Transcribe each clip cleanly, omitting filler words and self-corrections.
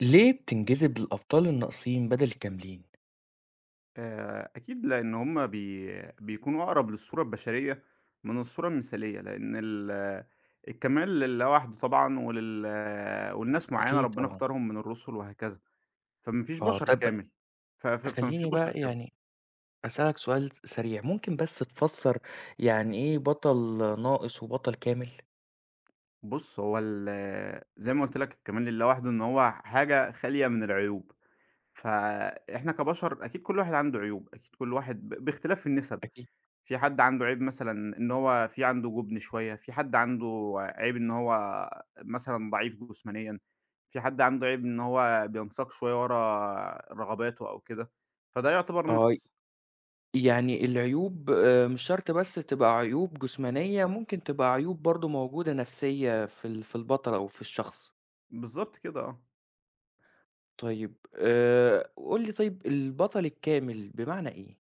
ليه بتنجذب للأبطال الناقصين بدل الكاملين؟ أكيد، لإن هُم بيكونوا أقرب للصورة البشرية من الصورة المثالية، لإن الكمال لله وحده طبعًا ولناس معيّنة أكيد ربنا طبعًا. اختارهم من الرُسُل وهكذا، فما فيش آه، بشر طب كامل، ف ف فما فيش خلّيني بقى بشر كامل. يعني أسألك سؤال سريع، ممكن بس تفسّر يعني إيه بطل ناقص وبطل كامل؟ بُص، هو زي ما قُلت لك الكمال لله وحده إن هو حاجة خالية من العيوب، فإحنا كبشر أكيد كل واحد عنده عيوب، أكيد كل واحد باختلاف النِسَب. أكيد. في حد عنده عيب مثلًا إن هو في عنده جُبن شوية، في حد عنده عيب إن هو مثلًا ضعيف جسمانيًا، في حد عنده عيب إن هو بينساق شوية ورا رغباته أو كده، فده يعتبر آه، نقْص. يعني العيوب مش شرط بس تبقى عيوب جسمانية، ممكن تبقى عيوب برضه موجودة نفسية في البطل أو في الشخص. بالضبط كده آه. طيب قُل لي طيب البطل الكامل بمعنى إيه؟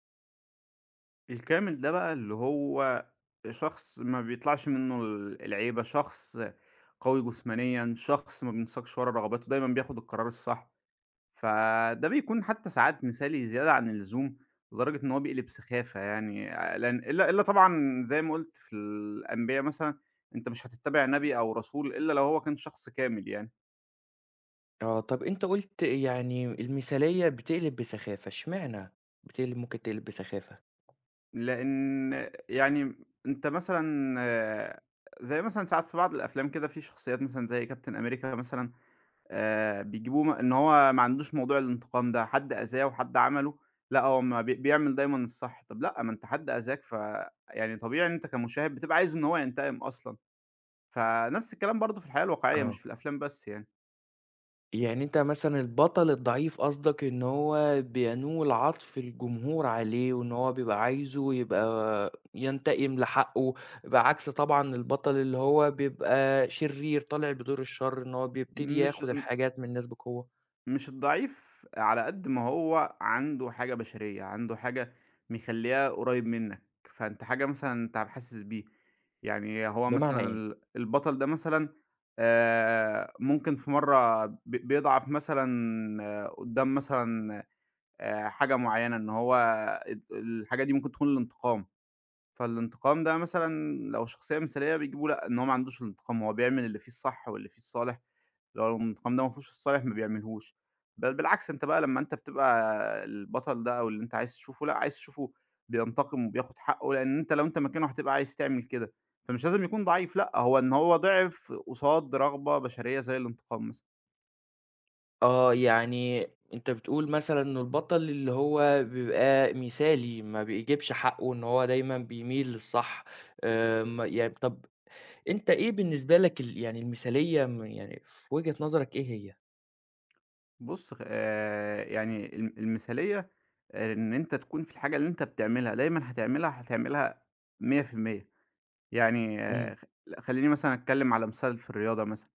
الكامل ده بقى اللي هو شخص ما بيطلعش منّه العيبة، شخص قوي جسمانيًا، شخص ما بينساقش ورا رغباته، دايمًا بياخُد القرار الصح. فده بيكون حتى ساعات مثالي زيادة عن اللزوم، لدرجة إن هو بيقلب سخافة يعني لأن إلا طبعًا زي ما قُلت في الأنبيا مثلًا، أنت مش هتتّبع نبي أو رسول إلا لو هو كان شخص كامل يعني، آه، طَب أنت قُلت يعني المثالية بتقلب بسخافة، اشمعنى ممكن تقلب بسخافة؟ لإن يعني أنت مثلًا زي مثلًا ساعات في بعض الأفلام كده في شخصيات مثلًا زي كابتن أمريكا مثلًا بيجيبوه إن هو ما عندوش موضوع الانتقام ده، حد أذاه وحد عمله لأ، هو ما بيعمل دايمًا الصح، طب لأ، ما أنت حد أذاك يعني طبيعي إن أنت كمشاهد بتبقى عايز إن هو ينتقم أصلًا، فنفس الكلام برضه في الحياة الواقعية مش آه. في الأفلام بس يعني، يعني أنت مثلًا البطل الضعيف قصدك إن هو بينول عطف الجمهور عليه، وإن هو بيبقى عايزه يبقى ينتقم لحقه، بعكس طبعًا البطل اللي هو بيبقى شرير طالع بدور الشر، إن هو بيبتدي مش ياخد الحاجات من الناس بقوة، مش الضعيف على قد ما هو عنده حاجة بشرية، عنده حاجة مخلّياه قريب منّك، فأنت حاجة مثلًا أنت حاسس بيه، يعني هو بمعنى مثلًا إيه؟ البطل ده مثلًا ممكن في مرّة بيضعف مثلًا قدّام مثلًا حاجة معيّنة إن هو اد الحاجة دي ممكن تكون الانتقام، فالانتقام ده مثلًا لو شخصية مثالية بيجيبوا لأ، إن هو ما عندوش الانتقام، هو بيعمل اللي فيه الصح واللي فيه الصالح. لو الانتقام ده ما فيهوش الصالح ما بيعملهوش، بل بالعكس أنت بقى لمّا أنت بتبقى البطل ده أو اللي أنت عايز تشوفه لأ، عايز تشوفه بينتقم وبياخد حقه، لإن أنت لو أنت مكانه هتبقى عايز تعمل كده، فمش لازم يكون ضعيف لأ، هو إن هو ضعف قصاد رغبة بشرية زي الانتقام مثلًا. آه، يعني أنت بتقول مثلًا إنه البطل اللي هو بيبقى مثالي، ما بيجيبش حقه، إن هو دايمًا بيميل للصح، آمم، يعني طب أنت إيه بالنسبة لك ال يعني المثالية يعني في وجهة نظرك إيه هي؟ بُص يعني المثالية إن أنت تكون في الحاجة اللي أنت بتعملها، دايمًا هتعملها، هتعملها 100%. يعني إمم. خلّيني مثلًا أتكلم على مثال في الرياضة مثلًا.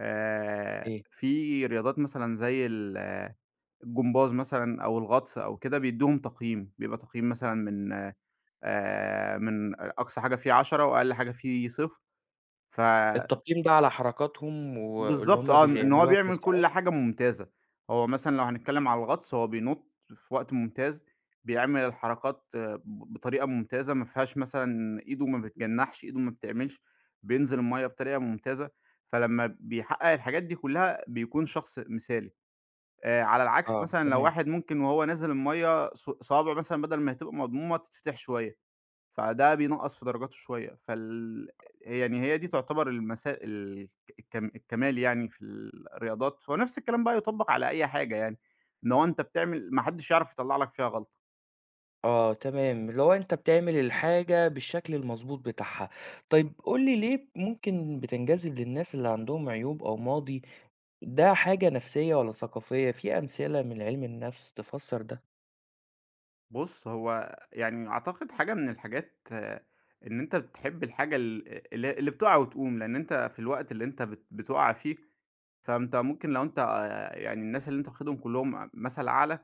إيه؟ في رياضات مثلًا زي ال آه، الجمباز مثلًا أو الغطس أو كده بيدّوهم تقييم، بيبقى تقييم مثلًا من من أقصى حاجة فيه 10 وأقل حاجة فيه صفر ف التقييم ده على حركاتهم واللي بالضبط هم آه، إن هو بيعملوها في بيعمل الاستعراض؟ كل حاجة ممتازة، هو مثلًا لو هنتكلم على الغطس هو بينط في وقت ممتاز، بيعمل الحركات بطريقة ممتازة ما فيهاش مثلًا إيده ما بتجنّحش، إيده ما بتعملش، بينزل المَيّة بطريقة ممتازة، فلمّا بيحقق الحاجات دي كلها بيكون شخص مثالي، على العكس آه، مثلًا لو تمام. واحد ممكن وهو نازل المَيّة صوابعه مثلًا بدل ما هتبقى مضمومة تتفتح شوية. فده بينقّص في درجاته شوية، يعني هي دي تعتبر المسا ال الكم الكمال يعني في الرياضات، ونفس الكلام بقى يُطبّق على أي حاجة يعني، إن هو أنت بتعمل ما حدش يعرف يطلّع لك فيها غلطة. آه، تمام، اللي هو أنت بتعمل الحاجة بالشكل المضبوط بتاعها. طيب قُل لي ليه ممكن بتنجذب للناس اللي عندهم عيوب أو ماضي، ده حاجة نفسية والّا ثقافية؟ في أمثلة من علم النفس تفسّر ده؟ بُص، هو يعني أعتقد حاجة من الحاجات إن أنت بتحب الحاجة ال اللي اللي بتُقع وتقوم، لإن أنت في الوقت اللي أنت بتُقع فيه فأنت ممكن لو أنت يعني الناس اللي أنت واخدهم كلّهم مثل أعلى،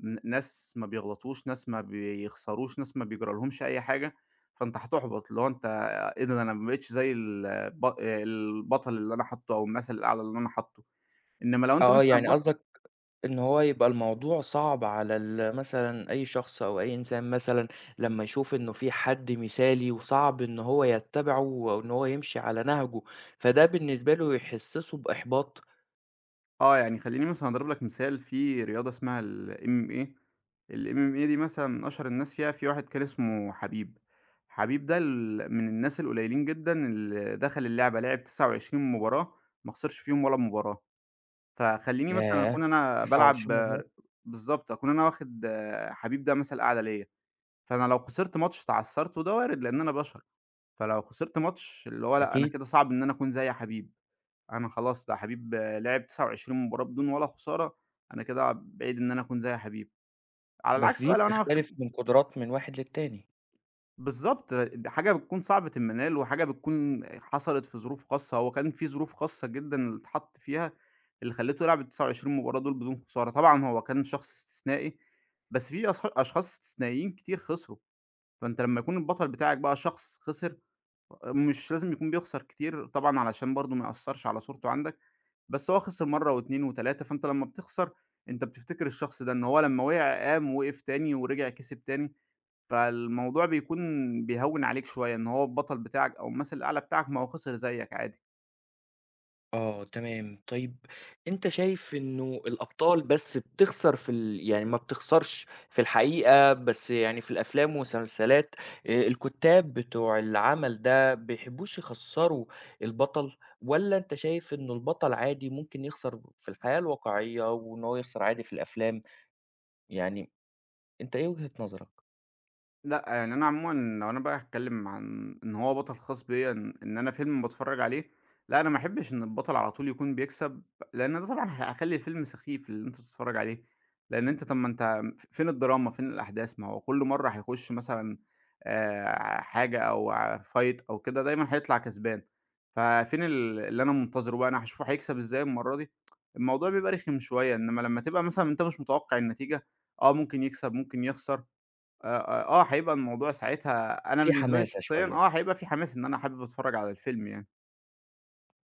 ناس ما بيغلطوش، ناس ما بيخسروش، ناس ما بيجرى لهمش أي حاجة، فأنت هتُحبَط، اللي هو أنت إيه ده أنا ما بقيتش زي البطل اللي أنا حاطّه أو المثل الأعلى اللي أنا حاطّه، إنما لو أنت آه، مثلًا يعني قصدك إن هو يبقى الموضوع صعب على مثلًا أي شخص أو أي إنسان مثلًا لمّا يشوف إنه في حد مثالي وصعب إن هو يتّبعه أو إن هو يمشي على نهجه، فده بالنسبة له يحسّسه بإحباط. يعني خلّيني مثلًا أضرب لك مثال في رياضة اسمها الMMA، الMMA دي مثلًا من أشهر الناس فيها في واحد كان اسمه حبيب، حبيب ده من الناس القليلين جدًا اللي دخل اللعبة، لعب 29 مباراة ما خسرش فيهم ولا مباراة، فخلّيني مثلًا ياه! أكون أنا بالعب 29 مباراة، بالضبط، أكون أنا واخد حبيب ده مثل أعلى ليّا، فأنا لو خسرت ماتش اتعثّرت وده وارد لإن أنا بشر، فلو خسرت ماتش اللي هو لأ، أنا أكيد، كده صعب إن أنا أكون زي حبيب. أنا خلاص ده حبيب لعب 29 مباراة بدون ولا خسارة، أنا كده بعيد إن أنا أكون زي حبيب. على بس العكس دي بقى لو أنا واخد بتختلف من قدرات من واحد للتاني. بالضبط، دي حاجة بتكون صعبة المنال وحاجة بتكون حصلت في ظروف خاصة، هو كان في ظروف خاصة جدًا اللي اتحط فيها اللي خلّيته يلعب ال29 مباراة دول بدون خسارة، طبعًا هو كان شخص استثنائي، بس في أشخاص استثنائيين كتير خسروا، فأنت لمّا يكون البطل بتاعك بقى شخص خسر مش لازم يكون بيخسر كتير طبعًا علشان برضه ما يأثّرش على صورته عندك، بس هو خسر مرّة و2 و3 فأنت لمّا بتخسر أنت بتفتكر الشخص ده، إن هو لمّا وقع قام وقف تاني ورجع كسب تاني، فالموضوع بيكون بيهوّن عليك شوية إن هو البطل بتاعك أو المَثل الأعلى بتاعك ما هو خسر زيّك عادي. آه، تمام. طيب أنت شايف إنه الأبطال بس بتخسر في ال يعني ما بتخسرش في الحقيقة، بس يعني في الأفلام والمسلسلات الكُتّاب بتوع العمل ده بيحبّوش يخسّروا البطل، والّا أنت شايف إنه البطل عادي ممكن يخسر في الحياة الواقعية وإن هو يخسر عادي في الأفلام؟ يعني أنت إيه وجهة نظرك؟ لأ، يعني أنا عمومًا لو أنا بقى هاتكلم عن إن هو بطل خاص بيّا إن أنا فيلم باتفرج عليه، لأ، أنا ما احبش إن البطل على طول يكون بيكسب، لإن ده طبعًا هيخلّي الفيلم سخيف اللي أنت بتتفرج عليه، لإن أنت طب ما أنت فين الدراما، فين الأحداث، ما هو كل مرة هيخش مثلًا حاجة أو fight أو كده دايمًا هيطلع كسبان، ففين اللي أنا منتظره بقى، أنا هاشوفه هيكسب إزاي المرة دي؟ الموضوع بيبقى رخم شوية، إنما لمّا تبقى مثلًا أنت مش متوقع النتيجة، ممكن يكسب، ممكن يخسر. هيبقى الموضوع ساعتها أنا في بالنسبة لي حماسة شخصيًا شوية. هيبقى في حماس إن أنا حابب أتفرّج على الفيلم يعني.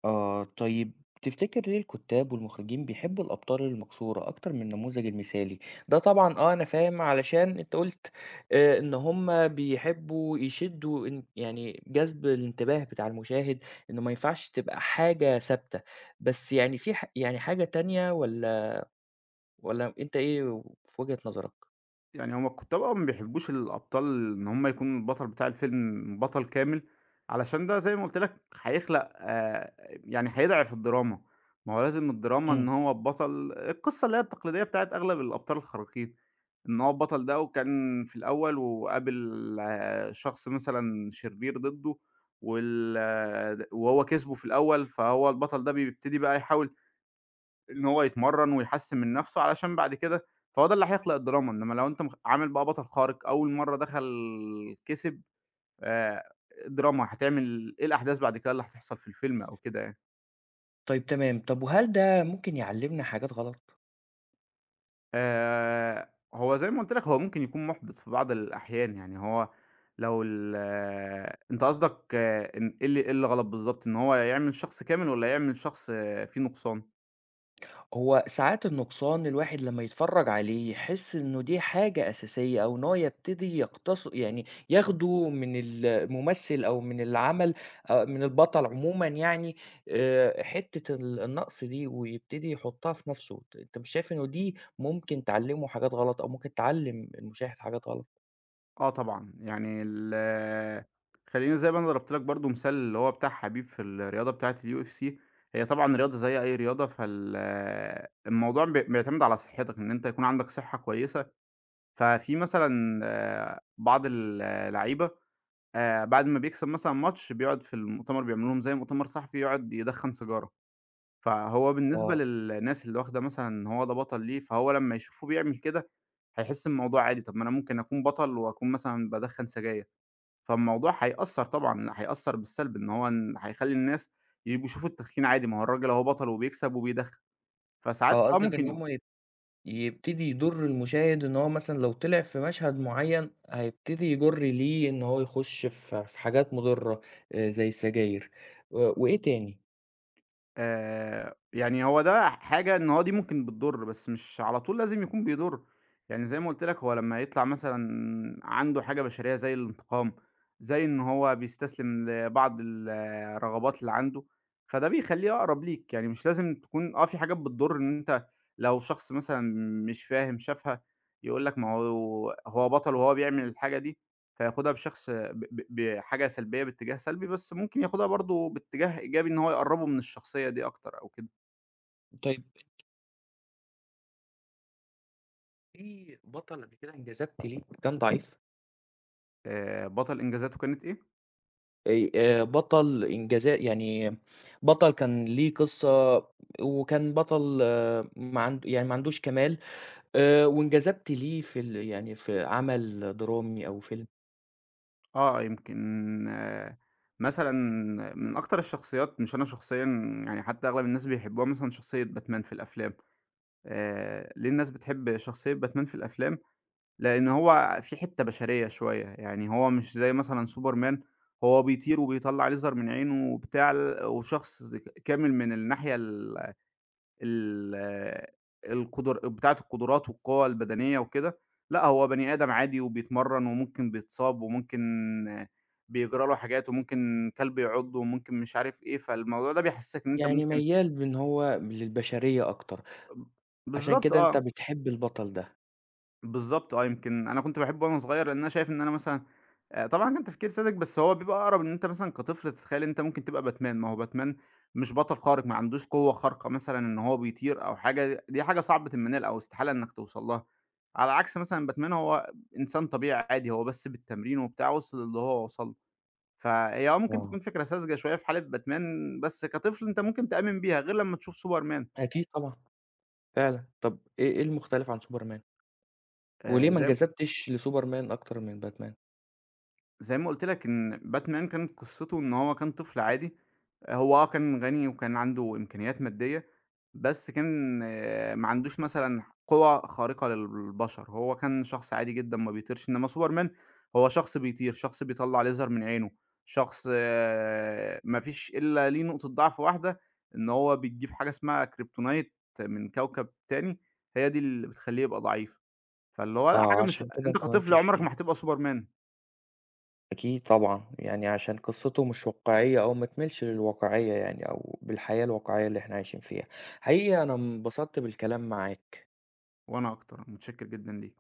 آه، طيب تفتكر ليه الكتاب والمخرجين بيحبوا الأبطال المكسورة أكتر من النموذج المثالي؟ ده طبعًا آه أنا فاهم علشان أنت قُلت إن هم بيحبوا يشدّوا إن يعني جذب الانتباه بتاع المشاهد، إنه ما ينفعش تبقى حاجة ثابتة، بس يعني في ح يعني حاجة تانية والّا أنت إيه في وجهة نظرك؟ يعني هُم الكُتّاب ما بيحبّوش الأبطال إن هُم يكونوا البطل بتاع الفيلم بطل كامل، علشان ده زي ما قُلت لك هيخلق يعني هيضعف الدراما، ما هو لازم الدراما إن إمم. هو البطل القصّة اللي هي التقليدية بتاعة أغلب الأبطال الخارقين، إن هو البطل ده وكان في الأول وقابل شخص مثلًا شرير ضدّه وال آه، وهو كسبه في الأول، فهو البطل ده بيبتدي بقى يحاول إن هو يتمرّن ويحسّن من نَفْسه علشان بعد كده فهو ده اللي هيخلق الدراما، إنّما لو أنت عامل بقى بطل خارق أول مرّة دخل كسب آآ دراما هتعمل إيه الأحداث بعد كده اللي هتحصل في الفيلم أو كده يعني. طيب تمام، طب وهل ده ممكن يعلّمنا حاجات غلط؟ هو زي ما قُلت لك هو ممكن يكون مُحبِط في بعض الأحيان، يعني هو لو ال آه، أنت قصدك إن إيه اللي غلط بالضبط، إن هو يعمل شخص كامل والّا يعمل شخص فيه نُقصان؟ هو ساعات النقصان الواحد لمّا يتفرّج عليه يحس إنه دي حاجة أساسية أو إن هو يبتدي يقتص يعني ياخده من الممثل أو من العمل من البطل عمومًا يعني حتّة النقص دي ويبتدي يحطها في نَفْسه، أنت مش شايف إنه دي ممكن تعلّمه حاجات غلط أو ممكن تعلّم المشاهد حاجات غلط؟ آه طبعًا، يعني خلّيني زي ما أنا ضربت لك برضه مثال اللي هو بتاع حبيب في الرياضة بتاعة الUFC هي طبعًا رياضة زي أي رياضة، الموضوع بيعتمد على صحتك، إن أنت يكون عندك صحة كويسة، ففي مثلًا بعض اللعيبة بعد ما بيكسب مثلًا ماتش بيقعد في المؤتمر بيعملوا لهم زي مؤتمر صحفي يقعد يدخّن سيجارة، فهو بالنسبة آه، للناس اللي واخدة مثلًا إن هو ده بطل ليه، فهو لما يشوفه بيعمل كده هيحس الموضوع عادي، طب ما أنا ممكن أكون بطل وأكون مثلًا بادخّن سجاير. فالموضوع هيأثّر طبعًا، هيأثّر بالسلب إن هو هيخلّي الناس يبقوا يشوفوا التدخين عادي، ما هو الراجل أهو بطل وبيكسب وبيدخن، فساعات آه، قصدك إن ممكن هم يبتدي يضر المشاهد إن هو مثلًا لو طلع في مشهد معيّن هيبتدي يجُر ليه إن هو يخش في حاجات مضرة زي السجاير، وإيه تاني؟ يعني هو ده حاجة إن هو دي ممكن بتضُر، بس مش على طول لازم يكون بيضُر، يعني زي ما قُلت لك هو لمّا يطلع مثلًا عنده حاجة بشرية زي الانتقام، زي إن هو بيستسلم لبعض الرغبات اللي عنده، فده بيخلّيه أقرب ليك، يعني مش لازم تكون في حاجات بتضُر إن أنت لو شخص مثلًا مش فاهم شافها يقول لك ما هو هو بطل وهو بيعمل الحاجة دي، كان هياخدها بشخص ب ب بحاجة سلبية باتجاه سلبي، بس ممكن ياخدها برضه باتجاه إيجابي إن هو يقرّبه من الشخصية دي أكتر أو كده. طيب في بطل قبل كده انجذبتِ ليه كان ضعيف؟ بطل إنجازاته كانت إيه؟ بطل إنجازا يعني بطل كان ليه قصة وكان بطل آه، ما عندوش كمال وانجذبتِ ليه في ال يعني في عمل درامي أو فيلم، آه، يمكن مثلًا من أكتر الشخصيات مش أنا شخصيًا يعني حتى أغلب الناس بيحبوها مثلًا شخصية باتمان في الأفلام. ليه الناس بتحب شخصية باتمان في الأفلام؟ لإن هو فيه حتّة بشرية شوية، يعني هو مش زي مثلًا سوبرمان هو بيطير وبيطلّع ليزر من عينه وبتاع وشخص كامل من الناحية ال ال القدر بتاعة القدرات والقوة البدنية وكده، لأ هو بني آدم عادي وبيتمرّن وممكن بيتصاب وممكن آه، بيجرى له حاجات وممكن كلب يعضه وممكن مش عارف إيه، فالموضوع ده بيحسّسك إن أنت يعني ممكن ميّال بإن هو للبشرية أكتر. عشان بالضبط كده أنت آه. بتحب البطل ده. بالضبط آه، يمكن أنا كنت باحبه وأنا صغير، لإن أنا شايف إن أنا مثلًا طبعًا كان تفكير ساذج، بس هو بيبقى أقرب إن أنت مثلًا كطفل تتخيل إن أنت ممكن تبقى باتمان، ما هو باتمان مش بطل خارق، ما عندوش قوة خارقة مثلًا إن هو بيطير أو حاجة، دي حاجة صعبة المنال أو استحالة إنك توصل لها، على عكس مثلًا باتمان هو إنسان طبيعي عادي، هو بس بالتمرين وبتاع وصل للي هو وصل له، فهي ممكن آه. تكون فكرة ساذجة شوية في حالة باتمان، بس كطفل أنت ممكن تآمن بيها، غير لمّا تشوف سوبرمان أكيد طبعًا، فعلًا. طب إيه المختلف عن سوبرمان؟ آآ، وليه ما زي انجذبتش لسوبرمان أكتر من باتمان؟ زي ما قُلت لك إن باتمان كانت قصته إن هو كان طفل عادي هو كان غني وكان عنده إمكانيات مادية، بس كان ما عندوش مثلًا قوى خارقة للبشر، هو كان شخص عادي جدًا ما بيطيرش، إنما سوبرمان هو شخص بيطير، شخص بيطلّع ليزر من عينه، شخص ما فيش إلا ليه نقطة ضعف واحدة، إن هو بيجيب حاجة اسمها كريبتونايت من كوكب تاني، هي دي اللي بتخلّيه يبقى ضعيف، فاللي هو لأ حاجة آه، مش عشان كده أنت أنت ما كطفل قُلتش عمرك ليه. ما هتبقى سوبرمان، أكيد طبعًا، يعني عشان قصته مش واقعية أو ما تميلش للواقعية يعني أو بالحياة الواقعية اللي إحنا عايشين فيها. حقيقي أنا انبسطت بالكلام معاك. وأنا أكتر، متشكر جدًا ليك.